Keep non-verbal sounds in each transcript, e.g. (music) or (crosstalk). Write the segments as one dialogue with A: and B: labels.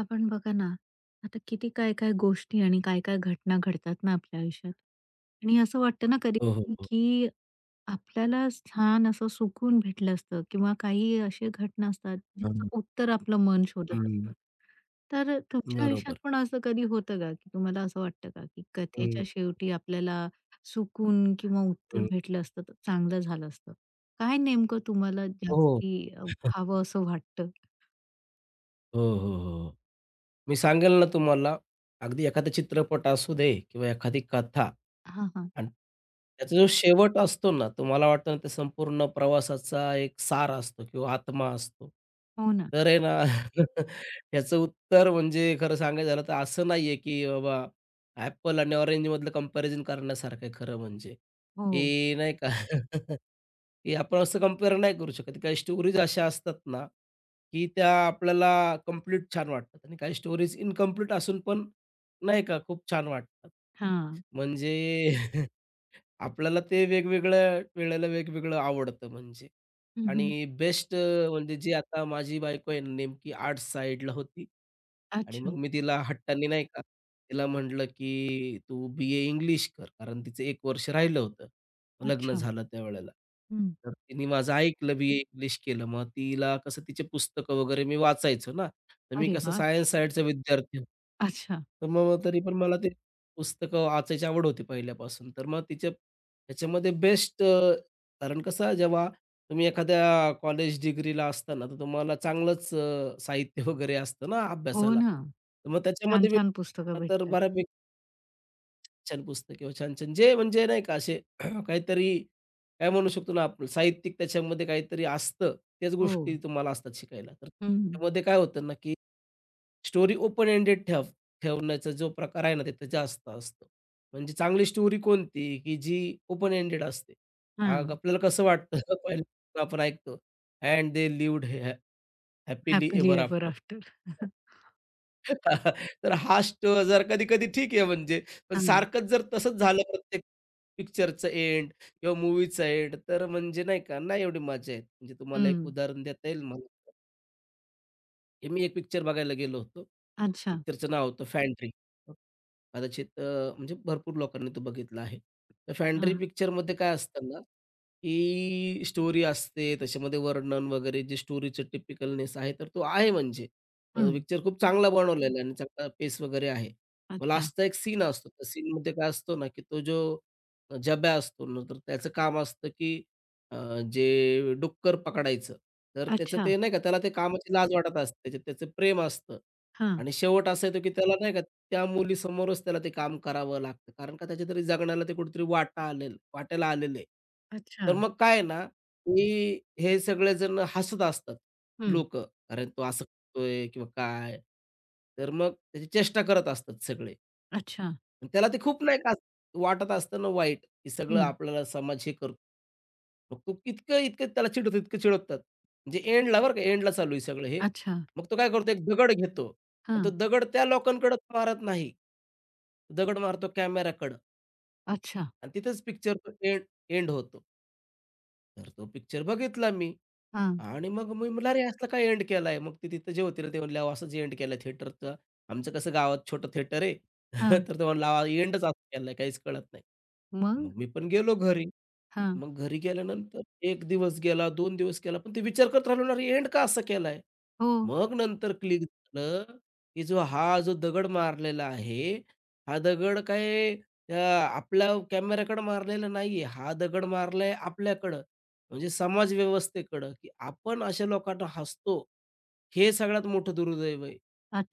A: आपण बघा ना, आता किती काय-काय गोष्टी आणि काय-काय घटना घडतात ना आपल्या आयुष्यात आणि असं वाटतं ना कधी
B: हो, हो, हो.
A: की आपल्याला छान असं सुकून भेटलं असतं किंवा काही अशा घटना असतात ज्याचं
B: हं,
A: उत्तर आपलं मन शोधत असतं.
B: हं.
A: तर तुमच्या आयुष्यात
B: बरोबर.
A: पण असं कधी होतं का, की तुम्हाला असं वाटतं का, की
B: हं,
A: कथेच्या शेवटी आपल्याला सुकून किंवा उत्तर
B: हं.
A: भेटलं असतं तर चांगलं झालं असतं? काय नेमकं तुम्हाला
B: हो.
A: जास्ती हवं असं वाटतं?
B: हो, हो, हो. मी सांगेल ना तुम्हाला, अगदी एखादा चित्रपट असू दे किंवा एखादी कथा
A: हां, हां.
B: आणि त्याचा जो शेवट असतो ना, तुम्हाला मला वाटतं ना, ते संपूर्ण प्रवासाचा एक सार असतो किंवा आत्मा असतो.
A: हो ना.
B: तर आहे ना, (laughs) याचं उत्तर म्हणजे खरं सांगायचं झालं तर असं नाहीये, की बाबा Apple आणि Orange मधलं कंपॅरिझन करण्यासारखं आहे खरं म्हणजे,
A: हो.
B: की नाही का? (laughs) की आपण असं कंपेअर नाही करू शकत. काही स्टोरीज अशा असतात ना, की त्या आपल्याला कंप्लीट छान वाटतात आणि काही स्टोरीज इन्कंप्लीट असून पण नाही का खूप छान वाटतात.
A: हां.
B: म्हणजे (laughs) आपल्याला ते वेगवेगळ्या वेळेला वेगवेगळं आवडतं म्हणजे.
A: हं, हं.
B: आणि बेस्ट म्हणजे जी आता माझी बायको आहे नेमकी आर्ट्स साइडला होती आणि मग
A: अच्छा,
B: मी तिला हट्टांनी नाही का, तिला म्हटलं, की "तू बी-ए इंग्लिश कर." कारण तिचं एक वर्ष राहिलं होतं. लग्न
A: अच्छा.
B: झालं त्यावेळेला.
A: हं.
B: तर तिने माझं ऐकलं, बी-ए इंग्लिश केलं. मग तिला कसं तिचे पुस्तकं वगैरे मी वाचायचो ना, तर मी
A: अरे
B: कसं
A: वाह!
B: सायन्स साइडचा विद्यार्थी होतो.
A: अच्छा.
B: तर मग तरी पण मला ते पुस्तकं वाचायची आवड होती पहिल्यापासून. तर मग तिच्या त्याच्यामध्ये बेस्ट कारण कसं जेव्हा तुम्ही एखाद्या कॉलेज डिग्रीला असताना, तर तुम्हाला चांगलंच साहित्य (laughs) वगैरे असतं ना
A: हो
B: अभ्यासाला.
A: ना.
B: तर मग त्याच्यामध्ये मी
A: छान-छान पुस्तकं
B: तर
A: भेटतात.
B: बऱ्यापैकी छान पुस्तकं किंवा छान-छान जे म्हणजे नाही का असे (clears throat) काहीतरी काय म्हणू शकतो ना आपण साहित्यिक त्याच्यामध्ये काहीतरी असतं, त्याच
A: हो.
B: गोष्टी तुम्हाला असतात शिकायला. तर
A: हं.
B: त्यामध्ये काय होतं ना, की स्टोरी ओपन एंडेड ठेवण्याचा जो प्रकार आहे ना, तिथं जास्त असतो. म्हणजे चांगली स्टोरी कोणती, की जी ओपन एंडेड असते. मग
A: हां.
B: आपल्याला कसं वाटतं (laughs) पहिल्यांदा आपण ऐकतो and they lived happily
A: happily
B: ever
A: ever
B: after.
A: After. (laughs)
B: (laughs) तर हा स्टो जर कधी-कधी ठीक आहे म्हणजे, पण
A: हां.
B: सारखंच जर तसंच झालं प्रत्येक पिक्चरचं एंड किंवा मूव्हीचं एंड तर म्हणजे नाही का, नाही एवढी मजा येत. म्हणजे तुम्हाला एक
A: हं.
B: उदाहरण देता येईल मला? हे मी एक पिक्चर बघायला गेलो होतो.
A: अच्छा.
B: पिक्चरचं नाव होतं फॅन्ट्री. मग कदाचित म्हणजे भरपूर लोकांनी तो बघितला आहे. तर फॅन्ड्री
A: हां.
B: पिक्चरमध्ये काय असतं ना, की स्टोरी असते, त्याच्यामध्ये वर्णन वगैरे जे स्टोरीचं टिपिकलनेस आहे, तर तो आहे म्हणजे.
A: हं.
B: पिक्चर खूप चांगला बनवलेला आहे आणि चांगला पेस वगैरे आहे. मग
A: अच्छा.
B: लास्टचा एक सीन असतो. त्या सीनमध्ये काय असतो ना, की तो जो झब्या असतो ना, तर त्याचं काम असतं, की अ, जे डुक्कर पकडायचं. तर त्याचं
A: अच्छा.
B: ते नाही का, त्याला ते कामाची लाज वाटत असते. त्याचं त्याचं प्रेम असतं.
A: हां.
B: आणि शेवट असा येतो, की त्याला नाही का त्या मुलीसमोरच त्याला ते काम करावं लागतं. कारण का त्याच्या तरी जगण्याला ते कुठेतरी वाटा आलेलं वाट्याला आलेलं आहे. तर
A: अच्छा.
B: मग काय आहे ना, की हे सगळेजण हसत असतात
A: हं.
B: लोकं. कारण तो असं करतोय किंवा काय. तर मग त्याची चेष्टा करत असतात सगळे.
A: अच्छा.
B: आणि त्याला ते खूप नाही का असं वाटत असतं ना वाईट, की सगळं
A: हं.
B: आपल्याला समाज हे करतो. मग तो इतकं, इतकं त्याला चिडवतात, इतकं चिडवतात. म्हणजे एंडला बरं का, एंडला चालू आहे सगळं हे.
A: अच्छा.
B: मग तो काय करतो, एक दगड घेतो आणि तो
A: हां.
B: दगड त्या लोकांकडे मारत नाही. दगड मारतो कॅमेराकडं
A: अच्छा.
B: आणि तिथेच पिक्चर तो एंड एंड होतो. तर तो पिक्चर बघितला मी
A: हां.
B: आणि मग मी म्हटलं, "अरे, असला काय एंड केलाय?" मग ते तिथं जे होते ना, ते म्हणले, "अहो, असंच एंड केलाय थिएटरचा. आमचं कसं गावात छोटं थिएटर आहे."
A: हां.
B: (laughs) तर तो म्हणला, "एंडच असा केलाय, काहीच कळत नाही."
A: मग?
B: मग मी पण गेलो घरी.
A: हां.
B: मग घरी गेल्यानंतर एक दिवस गेला, दोन दिवस गेला, पण ते विचार करत राहिलो ना, "अरे एंड का असा केलाय?"
A: हो.
B: मग नंतर क्लिक झालं, की जो हा जो दगड मारलेला आहे, हा दगड काय आपल्या कॅमेऱ्याकडे मारलेला नाहीये. हा दगड मारलाय आपल्याकडं, म्हणजे समाज व्यवस्थेकडं, की आपण अशा लोकांना हसतो. हे सगळ्यात मोठं दुर्दैव आहे.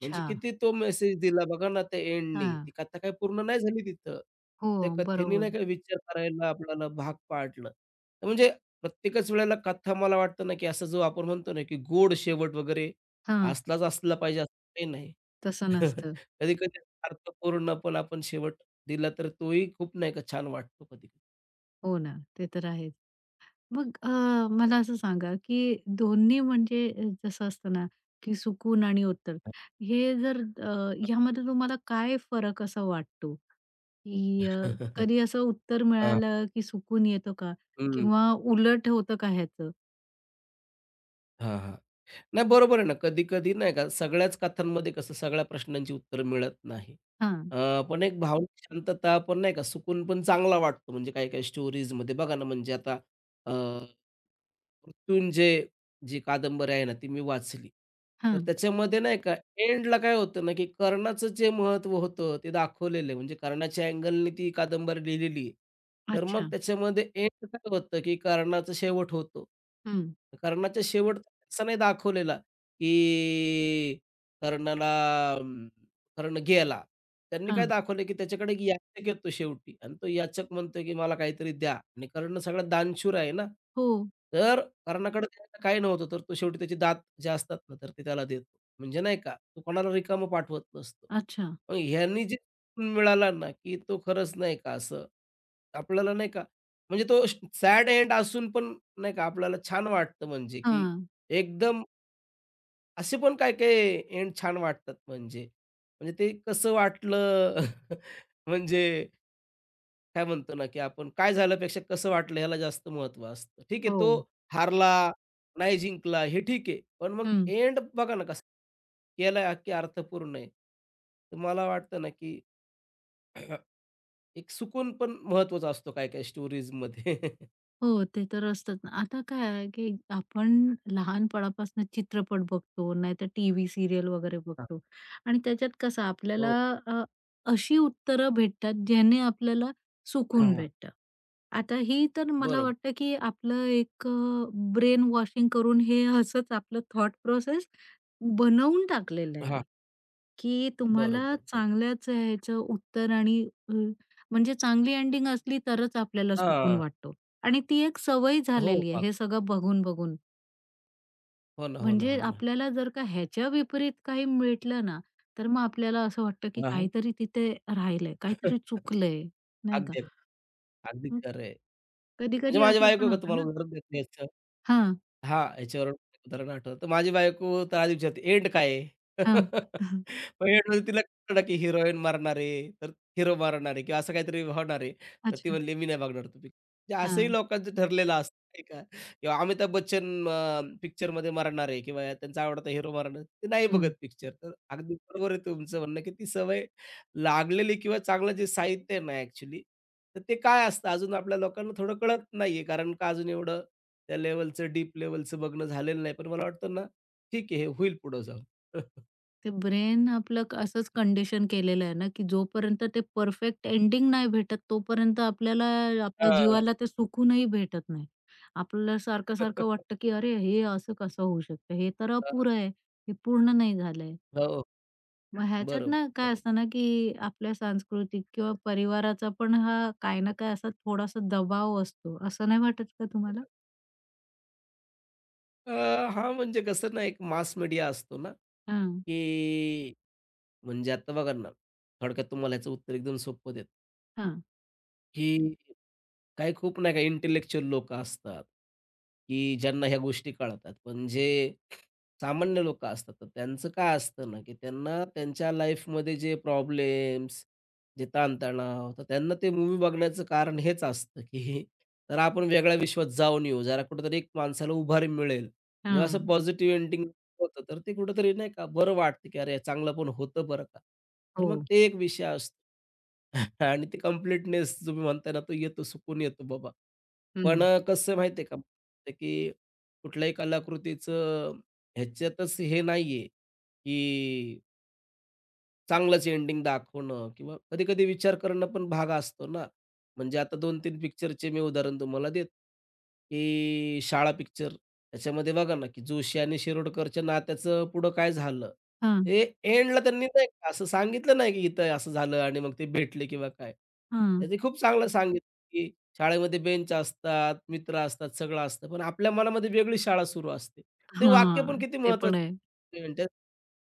B: म्हणजे किती तो मेसेज दिला बघा ना त्या एंडनी.
A: हां.
B: ती कथा काही पूर्ण नाही झाली तिथं.
A: हो.
B: त्या कथेने
A: बरोबर.
B: नाही का विचार करायला आपल्याला भाग पाडलं. तर म्हणजे प्रत्येकच वेळेला कथा मला वाटतं ना, की असा जो आपण म्हणतो ना, की गोड शेवट वगैरे
A: हां.
B: असलाच असला पाहिजे असं काही नाही.
A: तसं नसतं.
B: (laughs) कधी-कधी अर्थपूर्ण पण आपण शेवट दिला तर तोही खूप नाही का छान वाटतो कधी-कधी.
A: हो ना. ते तर आहेच. मग मला असं सांगा, की दोन्ही म्हणजे जसं असतं ना, की सुकून आणि उत्तर हे जर ह्यामध्ये तुम्हाला काय फरक असा वाटतो? की
B: (laughs)
A: कधी असं उत्तर
B: हां.
A: मिळालं, की सुकून येतो का?
B: हं.
A: किंवा उलट होतं का ह्याचं?
B: हां, हां. (laughs) नाही बरोबर आहे ना, कधी-कधी नाही का सगळ्याच कथांमध्ये कसं सगळ्या प्रश्नांची उत्तरं मिळत नाही.
A: हां,
B: पण एक भावनिक शांतता पण नाही का सुकून पण चांगला वाटतो म्हणजे काही-काही स्टोरीजमध्ये बघा ना म्हणजे आता मृत्युंजय जी कादंबरी आहे ना, ती मी वाचली. तर
A: हां.
B: त्याच्यामध्ये नाही का एंडला काय होतं ना, की कर्णाचं जे महत्त्व होतं ते दाखवलेलं आहे. म्हणजे कर्णाच्या अँगलने ती कादंबरी लिहिलेली आहे. तर
A: अच्छा.
B: मग त्याच्यामध्ये एंड काय होतं, की कर्णाचा शेवट होतो.
A: हं.
B: कर्णाचा शेवट असा नाही दाखवलेला, की कर्णाला कारण गेला. त्यांनी काय
A: हां.
B: दाखवलं, की त्याच्याकडे एक याचक येतो शेवटी आणि तो याचक म्हणतोय, की "मला काहीतरी द्या" आणि कर्ण सगळा दानशूर आहे ना,
A: हो.
B: तर कर्णाकडे द्यायला काही नव्हतं, तर तो शेवटी त्याचे दात जे असतात ना, तर ते त्याला देतो. म्हणजे नाही का, तो कोणाला रिकामं पाठवत नसतो.
A: अच्छा.
B: मग ह्यांनी जे गुण मिळाला ना, की तो खरंच नाही का असं आपल्याला नाही का म्हणजे तो सॅड एंड असून पण नाही का आपल्याला छान वाटतं म्हणजे, की
A: हां.
B: एकदम असे पण काही-काही एंड छान वाटतात म्हणजे. म्हणजे ते कसं वाटलं (laughs) म्हणजे काय म्हणतो ना, की आपण काय झाल्यापेक्षा कसं वाटलं ह्याला जास्त महत्त्व असतं. ठीक आहे,
A: हो.
B: तो हारला, नाही जिंकला हे ठीक आहे. पण मग
A: हं.
B: एंड बघा ना कसं केला की अर्थपूर्ण आहे. तर मला वाटतं ना, की (clears throat) एक सुकून पण महत्त्वाचा असतो काही-काही स्टोरीजमध्ये.
A: हो, ते तर असतंच ना. आता काय आहे, की आपण लहानपणापासून चित्रपट बघतो, नाहीतर टीव्ही सीरियल वगैरे
B: हां.
A: बघतो
B: (laughs)
A: आणि त्याच्यात कसं
B: हो,
A: आपल्याला
B: हो.
A: अ, अशी उत्तरं भेटतात, ज्याने आपल्याला
B: हां,
A: सुकून
B: हां.
A: भेटतं. आता ही तर
B: (laughs)
A: मला
B: बरोबर.
A: वाटतं, की आपलं एक ब्रेन वॉशिंग करून हे असंच आपलं थॉट प्रोसेस बनवून टाकलेलं
B: हां.
A: आहे. की तुम्हाला
B: बरोबर, बरोबर.
A: चांगल्याच ह्याचं उत्तर आणि अ, म्हणजे चांगली एंडिंग असली तरच आपल्याला सुकून
B: हां.
A: वाटतो. आणि ती एक सवय
B: हो,
A: झालेली आहे हे सगळं बघून-बघून.
B: हो ना, हो ना,
A: म्हणजे
B: हो
A: आपल्याला जर का ह्याच्या विपरीत काही भेटलं ना, तर मग आपल्याला असं वाटतं की
B: ना.
A: काहीतरी तिथे राहिलंय, काहीतरी चुकलंय, नाही का?
B: अगदी, अगदी खरं आहे. म्हणजे
A: कधी-कधी
B: माझी
A: असं पण
B: बायको का
A: होतं
B: तुम्हाला
A: ना
B: उदाहरण देते.
A: हां,
B: हां, याच्यावरून उदाहरण आठवलं. तर माझी बायको तर आधी विचारते, "एंड काय आहे?"
A: हां.
B: (laughs)
A: (laughs)
B: मग एंड म्हणजे तिला कळलं की हिरोईन मारणार आहे, तर हिरो मारणार आहे किंवा असं काहीतरी होणार आहे. तर ती
A: अच्छा.
B: म्हणली, "मी नाही बघणार तो पिक्चर." म्हणजे असंही
A: हां.
B: लोकांचं ठरलेलं असतं नाही का? किंवा अमिताभ बच्चन पिक्चरमध्ये मरणार आहे किंवा त्यांचा आवडता हिरो मरणार आहे. ते नाही बघत
A: हं.
B: पिक्चर. तर अगदी बरोबर आहे तुमचं म्हणणं, की ती सवय लागलेली किंवा चांगलं जे साहित्य आहे ना ॲक्चुअली, तर ते काय असतं अजून आपल्या लोकांना थोडं कळत नाहीये. कारण का अजून एवढं त्या लेव्हलचं, डीप लेव्हलचं बघणं झालेलं नाही. पण मला वाटतं ना, ठीक आहे, हे होईल पुढं जाऊन.
A: ते ब्रेन आपलं असंच कंडिशन केलेलं आहे ना की जोपर्यंत ते परफेक्ट एंडिंग नाही भेटत तोपर्यंत आपल्याला आपल्या
B: हां.
A: जीवाला ते सुकूनही भेटत नाही आपल्याला सारखं सारखं
B: (laughs)
A: वाटतं की अरे हे असं कसं होऊ शकतं हे तर अपुरं आहे हे पूर्ण नाही झालंय
B: हो,
A: मग ह्याच्यात ना
B: बरोबर,
A: काय
B: बरोबर.
A: असतं ना की आपल्या सांस्कृतिक किंवा परिवाराचा पण हा काय ना काय असा थोडासा दबाव असतो असं नाही वाटत का तुम्हाला
B: अ, हां, म्हणजे कसं ना, एक मास मीडिया असतो ना,
A: हां
B: की म्हणजे आता बघा ना, थोडक्यात तुम्हाला याचं उत्तर एकदम सोपं देतो,
A: हां
B: की काही खूप नाही का इंटेलेक्चुअल लोकं असतात, की ज्यांना ह्या गोष्टी कळतात. पण जे सामान्य लोकं असतात, तर त्यांचं काय असतं ना, की त्यांना त्यांच्या लाईफमध्ये जे प्रॉब्लेम्स, जे ताणतणाव, तर त्यांना ते मूव्ही बघण्याचं कारण हेच असतं, की जरा आपण वेगळ्या विश्वात जाऊन येऊ, जरा कुठेतरी एक माणसाला उभारी मिळेल. जेव्हा
A: हां
B: असं पॉझिटिव्ह एंडिंग होतं, तर ते कुठेतरी नाही का बरं वाटतं, की अरे, चांगलं पण होतं बरं का. तर
A: हो
B: मग ते एक विषय असतो. (laughs) आणि ते कम्प्लीटनेस तुम्ही म्हणताय ना, तो येतो, सुकून येतो बाबा. पण
A: हम्म.
B: कसं आहे माहिती आहे का, ते की कुठल्याही कलाकृतीचं ह्याच्यातच हे नाहीये, की चांगलंच एंडिंग दाखवणं किंवा कधी-कधी विचार करणं पण भाग असतो ना. म्हणजे आता दोन तीन पिक्चरचे मी उदाहरण तुम्हाला देतो, की शाळा पिक्चर त्याच्यामध्ये बघा ना, की जोशी आणि शिरोडकरच्या नात्याचं पुढं काय झालं?
A: हां
B: ते एंडला त्यांनी नाही का असं सांगितलं नाही, की इथं असं झालं आणि मग ते भेटले किंवा काय.
A: हां
B: तर खूप चांगलं सांगितलं, की शाळेमध्ये बेंच असतात, मित्र असतात, सगळं असतं. पण आपल्या मनामध्ये वेगळी शाळा सुरू असते. ते वाक्य पण
A: हां
B: किती
A: ते पण
B: महत्वाचं
A: आहे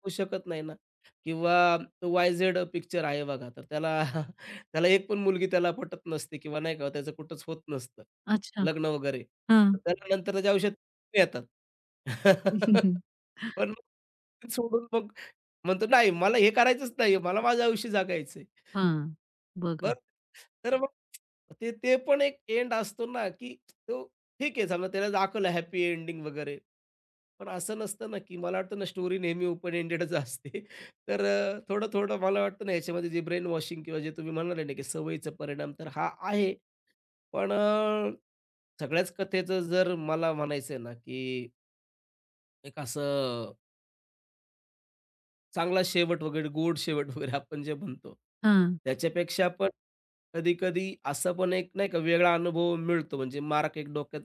B: होऊ शकत नाही ना. किंवा वाय-झेड पिक्चर आहे बघा, तर त्याला (laughs) त्याला एक पण मुलगी त्याला पटत नसते किंवा नाही का त्याचं कुठंच होत नसतं,
A: अच्छा
B: लग्न वगैरे.
A: हां
B: तर त्यानंतर त्याच्या आयुष्यात येतात. (laughs)
A: (laughs)
B: पण मग ते सोडून मग म्हणतो, "नाही, मला हे करायचंच नाहीये, मला माझं आयुष्य जगायचंय."
A: हां,
B: बरं.
A: बघा.
B: तर मग ते ते पण एक एंड असतो ना, की तो ठीक आहे समजा त्याला दाखवलं हॅपी एंडिंग वगैरे. पण असं नसतं ना, की मला वाटतं ना, स्टोरी नेहमी ओपन एंडेडच असते. (laughs) तर थोडं-थोडं मला वाटतं ना, याच्यामध्ये जे ब्रेन वॉशिंग किंवा जे तुम्ही म्हणाले ना, की सवयीचा परिणाम तर हा आहे. पण सगळ्याच कथेचं जर मला म्हणायचं आहे ना, की एक असं चांगला शेवट वगैरे, गोड शेवट वगैरे आपण जे म्हणतो.
A: हां.
B: त्याच्यापेक्षा पण कधी-कधी असं पण एक नाही का वेगळा अनुभव मिळतो. म्हणजे मार्क एक डोक्यात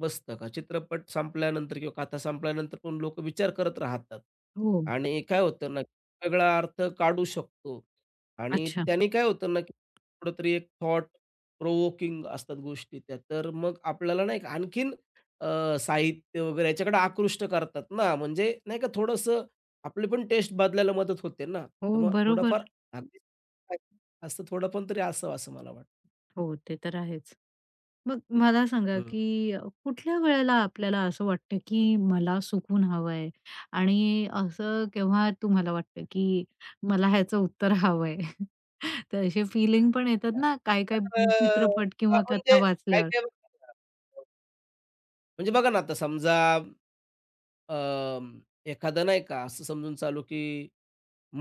B: बसतं का चित्रपट संपल्यानंतर किंवा कथा संपल्यानंतर पण लोकं विचार करत राहतात.
A: हो.
B: आणि काय होतं ना, वेगळा अर्थ काढू शकतो. आणि
A: अच्छा.
B: त्याने काय होतं ना, की कुठेतरी एक थॉट प्रोव्होकिंग असतात गोष्टी त्या. तर मग आपल्याला नाही का आणखीन साहित्य वगैरे याच्याकडे आकृष्ट करतात ना. म्हणजे नाही का थोडंसं आपली पण टेस्ट बदलायला मदत होते ना,
A: हो,
B: तर मग थोडंफार
A: बरोबर.
B: अगदीच असं थोडं पण तरी असावं असं मला वाटतं.
A: हो, ते तर आहेच. मग मला सांगा,
B: हं.
A: की कुठल्या वेळेला आपल्याला असं वाटतं, की मला सुकून हवंय आणि असं केव्हा तुम्हाला वाटतं, की मला ह्याचं उत्तर हवंय? (laughs) तर असे फीलिंग पण येतात ना,
B: तर
A: काही-काही चित्रपट किंवा
B: आपण
A: कथा
B: ते
A: वाचल्यावर.
B: काय-काय म्हणजे बघा ना, आता समजा अं, एखादं नाही का असं समजून चालू की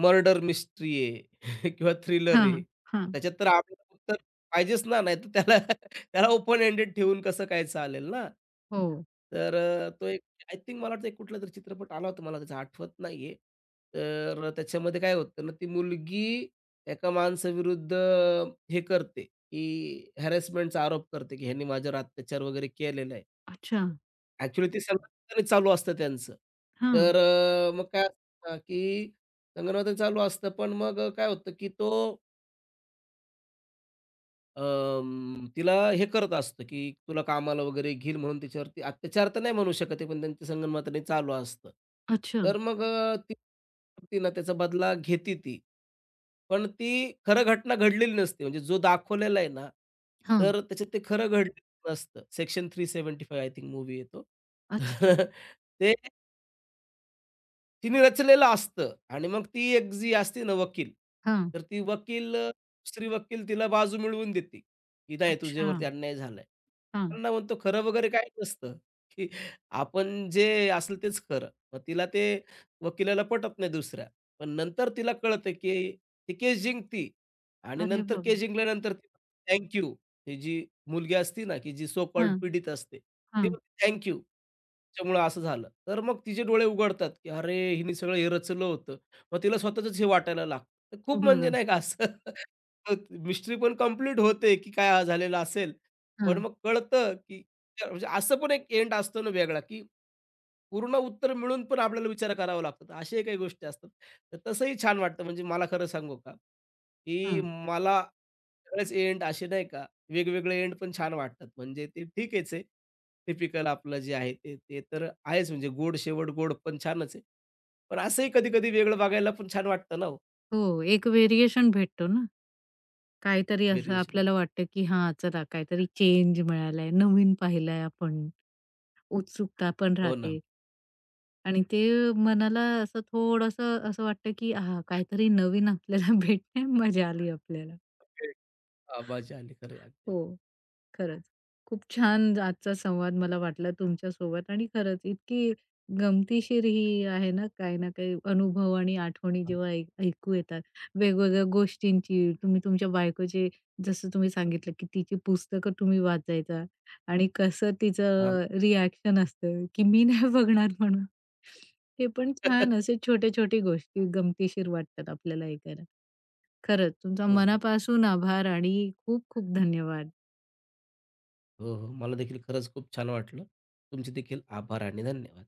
B: मर्डर मिस्ट्री आहे (laughs) किंवा थ्रिलर आहे.
A: हां, हां.
B: त्याच्यात तर आपल्याला उत्तर पाहिजेच ना, नाहीतर त्याला (laughs) त्याला ओपन एंडेड ठेवून कसं काय चालेल ना.
A: हो.
B: तर तो एक आय थिंक मला वाटतं एक कुठलातरी चित्रपट आला होता, मला त्याचं आठवत नाहीये. तर त्याच्यामध्ये काय होतं ना, ती मुलगी एका माणसाविरुद्ध हे करते, की हॅरेसमेंटचा आरोप करते, की ह्याने माझ्यावर अत्याचार वगैरे केलेला आहे.
A: अच्छा.
B: ॲक्चुअली ते संगणकाने चालू असतं त्यांचं.
A: हां.
B: तर मग काय असतं ना, की संगणकाने चालू असतं, पण मग काय होतं, की तो तिला हे करत असतो, की तुला कामाला वगैरे घेईल म्हणून तिच्यावरती अत्याचार तर नाही म्हणू शकत आहे, पण त्यांचं संगनमताने चालू असतं.
A: अच्छा.
B: तर मग ती ती ना त्याचा बदला घेते ती. पण ती खरं घटना घडलेली नसते. म्हणजे जो दाखवलेला आहे ना,
A: हां.
B: तर त्याच्यात ते खरं घडलेलं नसतं. सेक्शन 375 आय थिंक मूव्ही आहे
A: अच्छा.
B: (laughs) ते तिने रचलेलं असतं आणि मग ती एक जी असते ना वकील,
A: हां.
B: तर ती वकील दुसरी वकील तिला बाजू मिळवून देते, की नाही
A: अच्छा.
B: तुझ्यावरती अन्याय झालाय.
A: हां.
B: त्यांना म्हणतो खरं वगैरे काही नसतं, की आपण जे असेल तेच खरं. मग तिला ते वकिलाला पटत नाही दुसऱ्या. पण नंतर तिला कळतं, की ती केस जिंकती आणि
A: अरे
B: नंतर केस
A: बाबा!
B: जिंकल्यानंतर ती थँक यू ही जी मुलगी असती ना, की जी सो कॉल्ड पीडित असते, ती
A: हां,
B: म्हणते त्याच्यामुळं असं झालं. तर मग तिचे डोळे उघडतात, की अरे, हिने सगळं हे रचलं होतं. मग तिला स्वतःचंच हे वाटायला लागतं. तर खूप म्हणजे
A: बघा.
B: नाही का असं (laughs) मिस्ट्री पण कंप्लीट होते, की काय हा झालेलं असेल. पण
A: हां,
B: मग कळतं, की म्हणजे असं पण एक एंड असतो ना वेगळा, की पूर्ण उत्तर मिळून पण आपल्याला विचार करावा लागतो. तर अशाही काही गोष्टी असतात. तर तसंही छान वाटतं. म्हणजे मला खरं सांगू का, की
A: हां.
B: मला सगळेच एंड असे नाही का, वेगवेगळे एंड पण छान वाटतात. म्हणजे ते ठीकच आहे. टिपिकल आपलं जे आहे ते, ते तर आहेच म्हणजे गोड शेवट गोड पण छानच आहे. पण असंही कधी-कधी वेगळं बघायला पण छान वाटतं ना हो,
A: हो, एक व्हेरिएशन भेटतो ना. काहीतरी असं
B: व्हेरिएशन.
A: आपल्याला वाटतं, की हां, चला काहीतरी चेंज मिळालाय, नवीन पाहिलंय आपण, उत्सुकता पण
B: हो ना.
A: राहते आणि ते मनाला असं थोडंसं असं वाटतं, की हां, काहीतरी नवीन आपल्याला (laughs) भेटते, मजा आली आपल्याला.
B: आबाजी आली खरं आहे अगदी.
A: हो. खरंच. खूप छान आजचा संवाद मला वाटला तुमच्यासोबत आणि खरंच इतकी गमतीशीर ही आहे ना, काही ना काही अनुभव आणि आठवणी जेव्हा ऐकू येतात, वेगवेगळ्या गोष्टींची. तुम्ही तुमच्या बायकोचे जसं तुम्ही सांगितलं, की तिची पुस्तकं तुम्ही वाचायचा आणि कसं
B: हां.
A: तिचं रिएक्शन असतं, की "मी नाही बघणार" म्हणून. ते पण छान असे
B: (laughs)
A: छोटे-छोटे गोष्टी गमतीशीर वाटतात आपल्याला ऐकायला. खरंच तुमचा
B: हो, हो.
A: मनापासून आभार आणि खूप खूप धन्यवाद.
B: हो, हो. मला देखील खरंच खूप छान वाटलं. तुमचे देखील आभार आणि धन्यवाद.